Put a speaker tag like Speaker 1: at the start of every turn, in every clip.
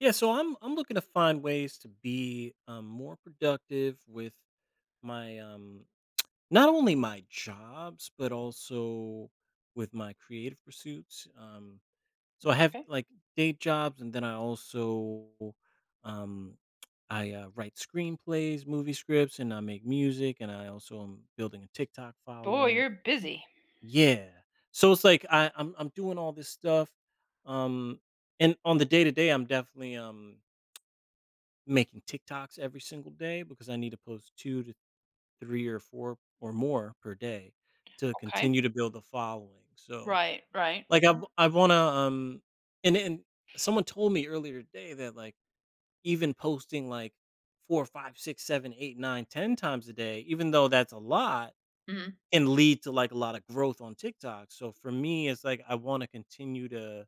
Speaker 1: Yeah, so I'm looking to find ways to be more productive with my not only my jobs but also with my creative pursuits. So I have
Speaker 2: Okay.
Speaker 1: like day jobs, and then I also um, I write screenplays, movie scripts, and I make music, and I also am building a TikTok
Speaker 2: Boy,
Speaker 1: following.
Speaker 2: you're busy.
Speaker 1: Yeah, so it's like I'm doing all this stuff, um, and on the day to day, I'm definitely making TikToks every single day because I need to post 2 to 3 or 4 or more per day to
Speaker 2: Okay.
Speaker 1: continue to build the following. So,
Speaker 2: Right, right.
Speaker 1: like, I
Speaker 2: Mhm,
Speaker 1: w I wanna, and someone told me earlier today that, like, even posting, like, 4, 5, 6, 7, 8, 9, 10 times a day, even though that's a lot,
Speaker 2: mhm.
Speaker 1: can lead to, like, a lot of growth on TikTok. So for me, it's like I wanna continue to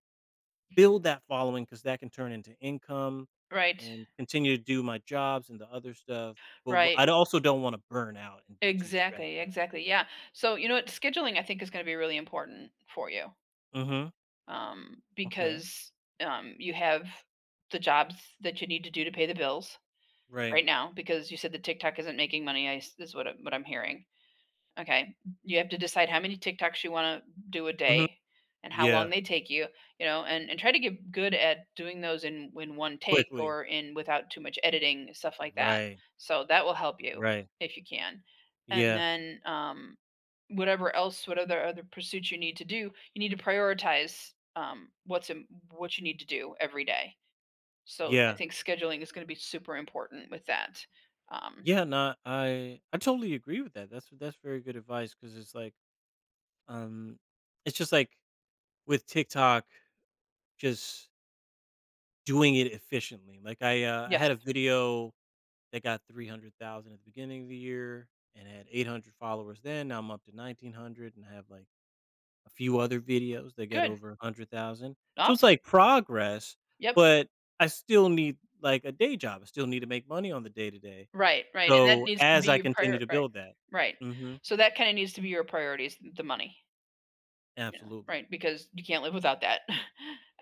Speaker 1: build that following because that can turn into income
Speaker 2: Right,
Speaker 1: and continue to do my jobs and the other stuff, but
Speaker 2: right.
Speaker 1: I also don't wanna burn out and be too stressed
Speaker 2: Exactly,
Speaker 1: out.
Speaker 2: exactly, yeah. So, you know what, scheduling I think is gonna be really important for you,
Speaker 1: Mhm. Okay.
Speaker 2: because, you have the jobs that you need to do to pay the bills
Speaker 1: Right.
Speaker 2: right now because you said that TikTok isn't making money, I s is what I what I'm hearing. Okay. You have to decide how many TikToks you wanna do a
Speaker 1: Mhm.
Speaker 2: day and how long
Speaker 1: Yeah.
Speaker 2: they take you, you know, and try to get good at doing those in one take
Speaker 1: Quickly.
Speaker 2: or in without too much editing, stuff like that.
Speaker 1: Right.
Speaker 2: So that will help you
Speaker 1: Right.
Speaker 2: if you can. And
Speaker 1: Yeah.
Speaker 2: then, whatever else, whatever other pursuits you need to do, you need to prioritize, what you need to do every day. So I
Speaker 1: Yeah.
Speaker 2: think scheduling is gonna be super important with that. Um,
Speaker 1: Yeah, no, I totally agree with that. That's very good advice because it's like, um, it's just like with TikTok, just doing it efficiently. Like I
Speaker 2: yes.
Speaker 1: had a video that got 300,000 at the beginning of the year and had 800 followers then. Now I'm up to 1,900 and I have like a few other videos that get
Speaker 2: Good.
Speaker 1: over 100,000. So it's
Speaker 2: Awesome.
Speaker 1: like progress,
Speaker 2: Yep.
Speaker 1: but I still need like a day job. I still need to make money on the day to day.
Speaker 2: Right, right, and that
Speaker 1: So
Speaker 2: needs to
Speaker 1: as
Speaker 2: be
Speaker 1: I
Speaker 2: your
Speaker 1: continue
Speaker 2: prior
Speaker 1: to
Speaker 2: right,
Speaker 1: build that,
Speaker 2: right.
Speaker 1: hmm
Speaker 2: So that kinda needs to be your priorities, the money, you know,
Speaker 1: absolutely
Speaker 2: right, because you can't live without that.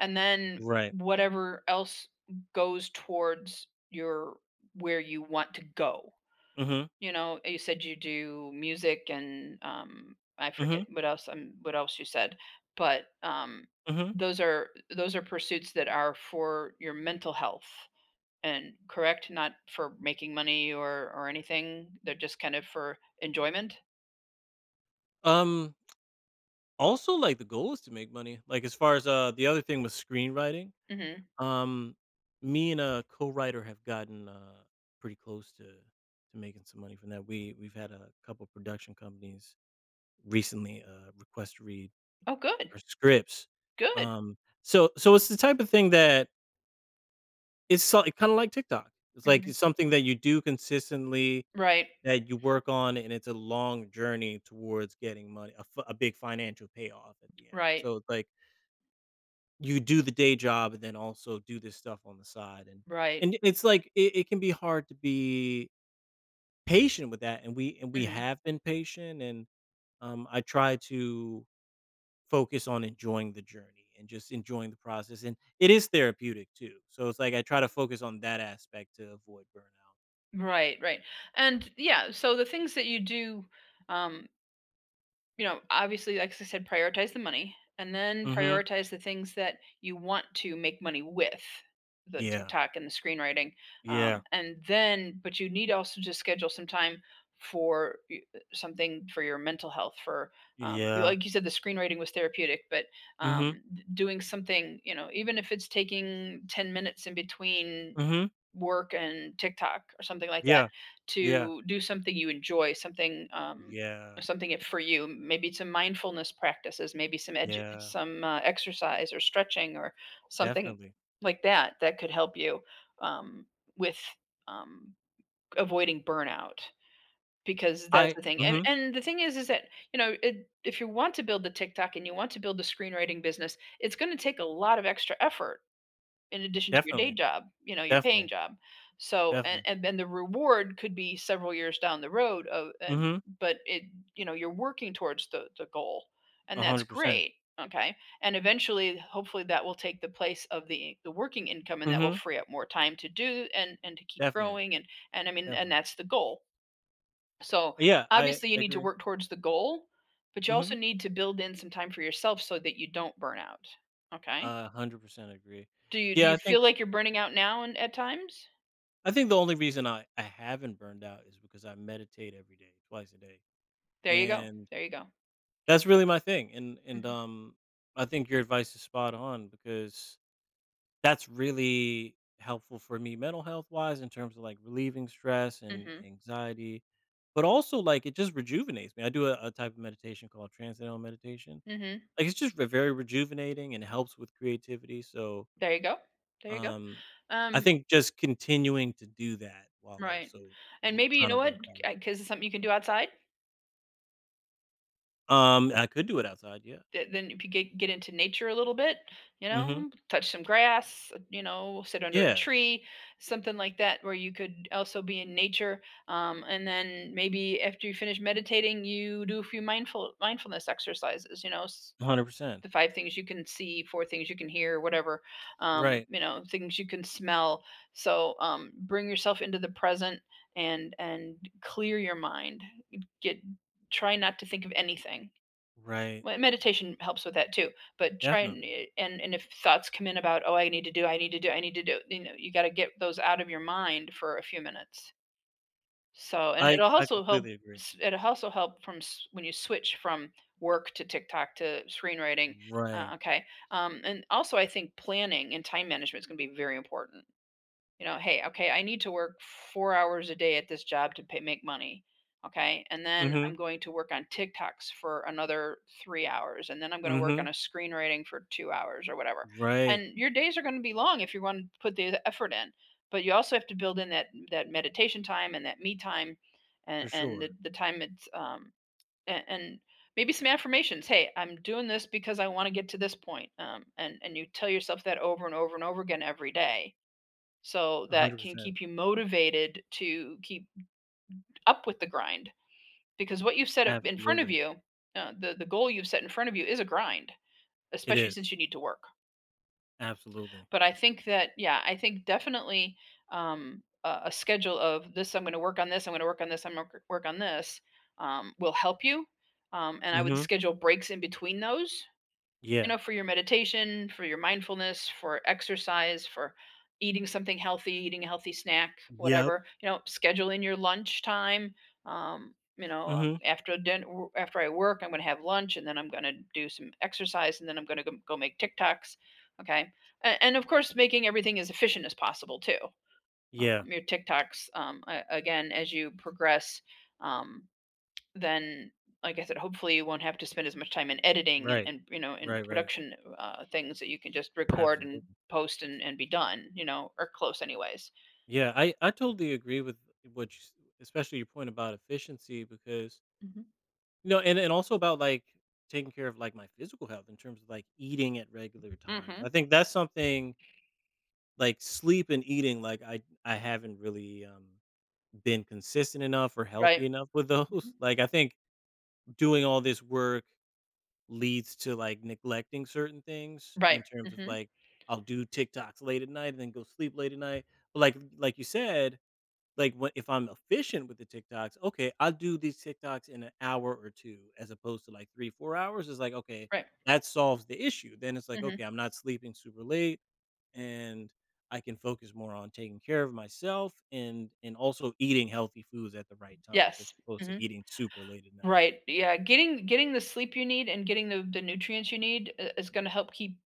Speaker 2: And then
Speaker 1: right.
Speaker 2: whatever else goes towards your where you want to go,
Speaker 1: hmm
Speaker 2: you know? You said you do music and, I forget
Speaker 1: hmm
Speaker 2: what else you said, but,
Speaker 1: hmm
Speaker 2: those are pursuits that are for your mental health and correct? Not for making money or anything. They're just kind of for enjoyment?
Speaker 1: Um. Also, like the goal is to make money. Like as far as the other thing was screenwriting.
Speaker 2: Mhm.
Speaker 1: Um, Me and a co-writer have gotten, pretty close to making some money from that. We've had a couple production companies recently, request to read
Speaker 2: Oh, good.
Speaker 1: our scripts.
Speaker 2: Good.
Speaker 1: Um, so it's the type of thing that it's so kinda like TikTok. It's like
Speaker 2: Mhm.
Speaker 1: it's something that you do consistently,
Speaker 2: Right.
Speaker 1: that you work on, and it's a long journey towards getting money, a big financial payoff at the end.
Speaker 2: Right.
Speaker 1: So it's like you do the day job and then also do this stuff on the side, and
Speaker 2: Right.
Speaker 1: and it's like it can be hard to be patient with that, and we
Speaker 2: Mhm.
Speaker 1: have been patient, and, I try to focus on enjoying the journey and just enjoying the process, and it is therapeutic too, so it's like I try to focus on that aspect to avoid burnout.
Speaker 2: Right, right. And, yeah, so the things that you do, um you know, obviously, like I said, prioritize the money and then
Speaker 1: Mhm.
Speaker 2: prioritize the things that you want to make money with the
Speaker 1: Yeah.
Speaker 2: TikTok and the screenwriting.
Speaker 1: Yeah.
Speaker 2: And then, but you need also to schedule some time for something for your mental health for
Speaker 1: Yeah.
Speaker 2: like you said the screenwriting was therapeutic but um,
Speaker 1: Mhm.
Speaker 2: doing something you know even if it's taking 10 minutes in between
Speaker 1: Mhm.
Speaker 2: work and TikTok or something like that
Speaker 1: Yeah. Yeah.
Speaker 2: to do something you enjoy, something,
Speaker 1: Yeah.
Speaker 2: something it for you. Maybe some mindfulness practices, maybe
Speaker 1: Yeah.
Speaker 2: some exercise or stretching or something
Speaker 1: Definitely.
Speaker 2: like that that could help you um, with um, avoiding burnout because that's
Speaker 1: I
Speaker 2: the thing. And
Speaker 1: mhm.
Speaker 2: and the thing is that you know, it, if you want to build the TikTok and you want to build the screenwriting business, it's going to take a lot of extra effort in addition to your day
Speaker 1: Definitely.
Speaker 2: job, you know, your paying
Speaker 1: Definitely.
Speaker 2: job. So and
Speaker 1: Definitely.
Speaker 2: and then the reward could be several years down the road of and
Speaker 1: Mhm.
Speaker 2: but it you know, you're working towards the goal and that's
Speaker 1: 100%.
Speaker 2: great, okay? And eventually hopefully that will take the place of the working income and that will
Speaker 1: Mhm.
Speaker 2: free up more time to do and to keep
Speaker 1: Definitely,
Speaker 2: growing and I mean and
Speaker 1: definitely.
Speaker 2: that's the goal. So
Speaker 1: Yeah, I
Speaker 2: obviously you need to
Speaker 1: agree.
Speaker 2: work towards the goal, but you also
Speaker 1: Mhm.
Speaker 2: need to build in some time for yourself so that you don't burn out, okay?
Speaker 1: A 100% agree.
Speaker 2: Do you do
Speaker 1: Yeah,
Speaker 2: you
Speaker 1: I
Speaker 2: feel
Speaker 1: think
Speaker 2: like you're burning out now and at times?
Speaker 1: I think the only reason I haven't burned out is because I meditate every day, twice a day,
Speaker 2: There you go,
Speaker 1: and
Speaker 2: there you go.
Speaker 1: that's really my thing, and and,
Speaker 2: Mhm,
Speaker 1: um, I think your advice is spot on because that's really helpful for me mental health-wise in terms of, like, relieving stress and
Speaker 2: mhm,
Speaker 1: anxiety, but also, like, it just rejuvenates me. I do a type of meditation called transcendental meditation.
Speaker 2: mhm.
Speaker 1: Like, it's just ve very rejuvenating and helps with creativity, so,
Speaker 2: There you go, there you go.
Speaker 1: um,
Speaker 2: Um,
Speaker 1: I think just continuing to do that while
Speaker 2: right,
Speaker 1: also
Speaker 2: and
Speaker 1: w
Speaker 2: maybe you
Speaker 1: trying
Speaker 2: know
Speaker 1: to
Speaker 2: what,
Speaker 1: work hard.
Speaker 2: because it's something you can do outside,
Speaker 1: I could do it outside, yeah.
Speaker 2: th then if you get into nature a little bit, you
Speaker 1: Mhm.
Speaker 2: know, touch some grass, you know, sit under a
Speaker 1: Yeah,
Speaker 2: tree, something like that where you could also be in nature, and then maybe after you finish meditating, you do a few mindfulness exercises, you know, s
Speaker 1: 100%.
Speaker 2: the 5 things you can see, 4 things you can hear, whatever,
Speaker 1: Right,
Speaker 2: you know, things you can smell. So, bring yourself into the present and clear your mind. Get try not to think of anything.
Speaker 1: right,
Speaker 2: Well, meditation helps with that too, but try and
Speaker 1: definitely.
Speaker 2: eh, and if thoughts come in about, "Oh, I need to do, I need to do, I need to do," you know, you gotta get those out of your mind for a few minutes. So and
Speaker 1: I
Speaker 2: it'll
Speaker 1: I
Speaker 2: also help
Speaker 1: completely agree.
Speaker 2: s it'll also help from s when you switch from work to TikTok to screenwriting,
Speaker 1: Right.
Speaker 2: okay, and also I think planning and time management is gonna be very important you know, hey, okay, I need to work 4 hours a day at this job to pay, make money. Okay. And then
Speaker 1: Mhm,
Speaker 2: I'm going to work on TikToks for another 3 hours. And then I'm going to work
Speaker 1: mhm.
Speaker 2: on a screenwriting for 2 hours or whatever.
Speaker 1: Right,
Speaker 2: And your days are going to be long if you want to put the effort in. But you also have to build in that meditation time and that me time and,
Speaker 1: for
Speaker 2: and the,
Speaker 1: sure.
Speaker 2: the time it's and maybe some affirmations. Hey, I'm doing this because I want to get to this point. And you tell yourself that over and over and over again every day so that can
Speaker 1: 100%.
Speaker 2: keep you motivated to keep up with the grind because what you've set up in front of
Speaker 1: Absolutely.
Speaker 2: you the goal you've set in front of you is a grind
Speaker 1: It
Speaker 2: especially
Speaker 1: is.
Speaker 2: since you need to work
Speaker 1: Absolutely.
Speaker 2: but I think that yeah I think definitely a schedule of this I'm going to work on this I'm going to work on this I'm going to work on this will help you and I would
Speaker 1: Mhm.
Speaker 2: schedule breaks in between those you
Speaker 1: Yeah.
Speaker 2: know, for your meditation, for your mindfulness, for exercise, for eating something healthy, eating a healthy snack,
Speaker 1: Yep.
Speaker 2: whatever. You know, schedule in your lunch time. You know,
Speaker 1: Mhm.
Speaker 2: after dinner, after I work, I'm going to have lunch, and then I'm going to do some exercise, and then I'm going to go make TikToks. Okay, and of course, making everything as efficient as possible too.
Speaker 1: Yeah.
Speaker 2: Your TikToks, again, as you progress, um, then like I said, hopefully you won't have to spend as much time in editing
Speaker 1: Right.
Speaker 2: and you know in
Speaker 1: Right, right.
Speaker 2: production things that you can just record and
Speaker 1: Absolutely.
Speaker 2: post and be done, you know, or close anyways.
Speaker 1: Yeah, I totally agree with what you, s- especially your point about efficiency because
Speaker 2: Hmm.
Speaker 1: and also about like taking care of like my physical health in terms of like eating at regular times.
Speaker 2: Hmm.
Speaker 1: I think that's something like sleep and eating like I haven't really been consistent enough or
Speaker 2: Right.
Speaker 1: healthy enough with those.
Speaker 2: Mhm.
Speaker 1: Like I think doing all this work leads to like neglecting certain things
Speaker 2: Right.
Speaker 1: in terms of
Speaker 2: Hmm.
Speaker 1: like I'll do TikToks late at night and then go sleep late at night. But like you said, like when, if I'm efficient with the TikToks, okay, I'll do these TikToks in an hour or two, as opposed to like 3, 4 hours. It's like, okay,
Speaker 2: Right.
Speaker 1: that solves the issue. Then it's like, okay,
Speaker 2: Hmm.
Speaker 1: I'm not sleeping super late and I can focus more on taking care of myself and also eating healthy foods at the right times as
Speaker 2: Yes.
Speaker 1: opposed to
Speaker 2: Hmm.
Speaker 1: eating super late at night.
Speaker 2: Right. Yeah. Getting the sleep you need and getting the nutrients you need is going to help keep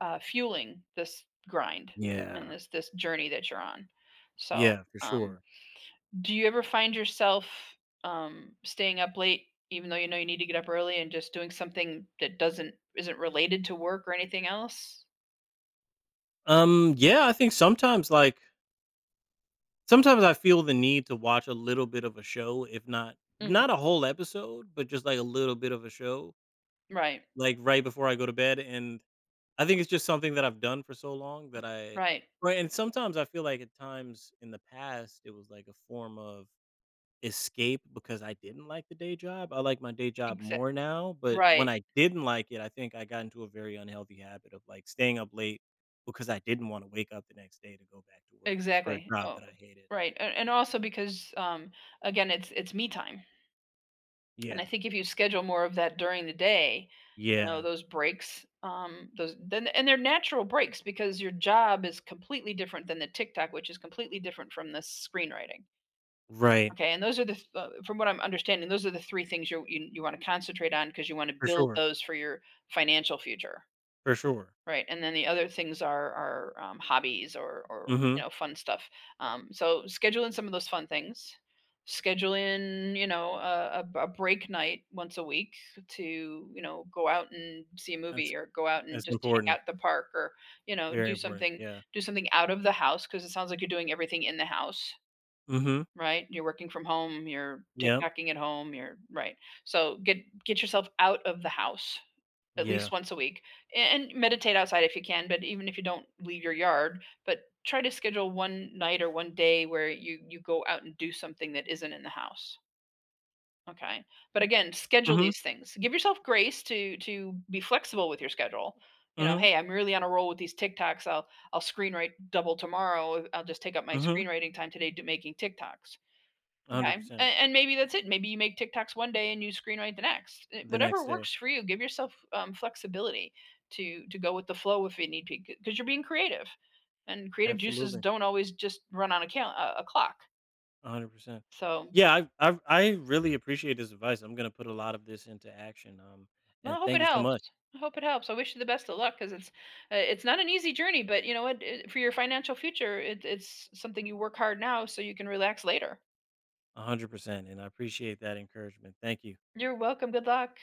Speaker 2: fueling this grind and
Speaker 1: Yeah.
Speaker 2: this journey that you're on. So
Speaker 1: Yeah, for
Speaker 2: um,
Speaker 1: sure.
Speaker 2: do you ever find yourself, staying up late even though you know you need to get up early and just doing something that doesn't isn't related to work or anything else?
Speaker 1: Yeah, I think sometimes I feel the need to watch a little bit of a show, if not
Speaker 2: Mm,
Speaker 1: not a whole episode, but just like a little bit of a show,
Speaker 2: right,
Speaker 1: like right before I go to bed. And I think it's just something that I've done for so long that I.
Speaker 2: right,
Speaker 1: Right. And sometimes I feel like at times in the past it was like a form of escape because I didn't like the day job. I like my day job
Speaker 2: exactly.
Speaker 1: more now, but when
Speaker 2: Right,
Speaker 1: I didn't like it, I think I got into a very unhealthy habit of like staying up late because I didn't want to wake up the next day to go back to work for a
Speaker 2: exactly.
Speaker 1: job
Speaker 2: Oh,
Speaker 1: that I hated.
Speaker 2: right, and also because, again, it's me time, and
Speaker 1: Yeah.
Speaker 2: I think if you schedule more of that during the day, you know,
Speaker 1: Yeah.
Speaker 2: those breaks, those then and they're natural breaks because your job is completely different than the TikTok, which is completely different from the screenwriting.
Speaker 1: Right.
Speaker 2: Okay, and those are from what I'm understanding, those are the three things you're, you want to concentrate on because you want to
Speaker 1: For
Speaker 2: build
Speaker 1: sure.
Speaker 2: those for your financial future,
Speaker 1: For sure.
Speaker 2: right? And then the other things are hobbies or
Speaker 1: Mhm.
Speaker 2: you know fun stuff. So schedule in some of those fun things. Schedule in you know a break night once a week to you know go out and see a
Speaker 1: That's
Speaker 2: movie or go out and
Speaker 1: that's
Speaker 2: just hang
Speaker 1: important.
Speaker 2: out at the park or you know
Speaker 1: Very important. Yeah.
Speaker 2: do something out of the house because it sounds like you're doing everything in the house.
Speaker 1: Mhm.
Speaker 2: Right? You're working from home, you're
Speaker 1: Yep.
Speaker 2: TikToking at home, you're right. So get yourself out of the house at
Speaker 1: Yeah.
Speaker 2: least once a week and meditate outside if you can, but even if you don't leave your yard, but try to schedule one night or one day where you go out and do something that isn't in the house. Okay? But again, schedule
Speaker 1: Mhm.
Speaker 2: these things. Give yourself grace to be flexible with your schedule. You know,
Speaker 1: Mhm.
Speaker 2: hey, I'm really on a roll with these TikToks. I'll screenwrite double tomorrow. I'll just take up my
Speaker 1: Mhm.
Speaker 2: screenwriting time today to making TikToks. Okay, and,
Speaker 1: 100%.
Speaker 2: and maybe that's it. Maybe you make TikToks one day and you screenwrite the next. Eh,
Speaker 1: The
Speaker 2: whatever
Speaker 1: next day.
Speaker 2: works for you. Give yourself flexibility to go with the flow if you need to, because you're being creative, and creative juices
Speaker 1: Absolutely.
Speaker 2: don't always just run on a clock.
Speaker 1: 100%.
Speaker 2: So,
Speaker 1: Yeah, I really appreciate this advice. I'm gonna put a lot of this into action.
Speaker 2: well,
Speaker 1: And
Speaker 2: I hope
Speaker 1: thank
Speaker 2: it
Speaker 1: you so much.
Speaker 2: helps. I hope it helps. I wish you the best of luck because it's not an easy journey, but you know what? It, for your financial future, it, it's something you work hard now so you can relax later.
Speaker 1: 100%. And I appreciate that encouragement. Thank you.
Speaker 2: You're welcome. Good luck.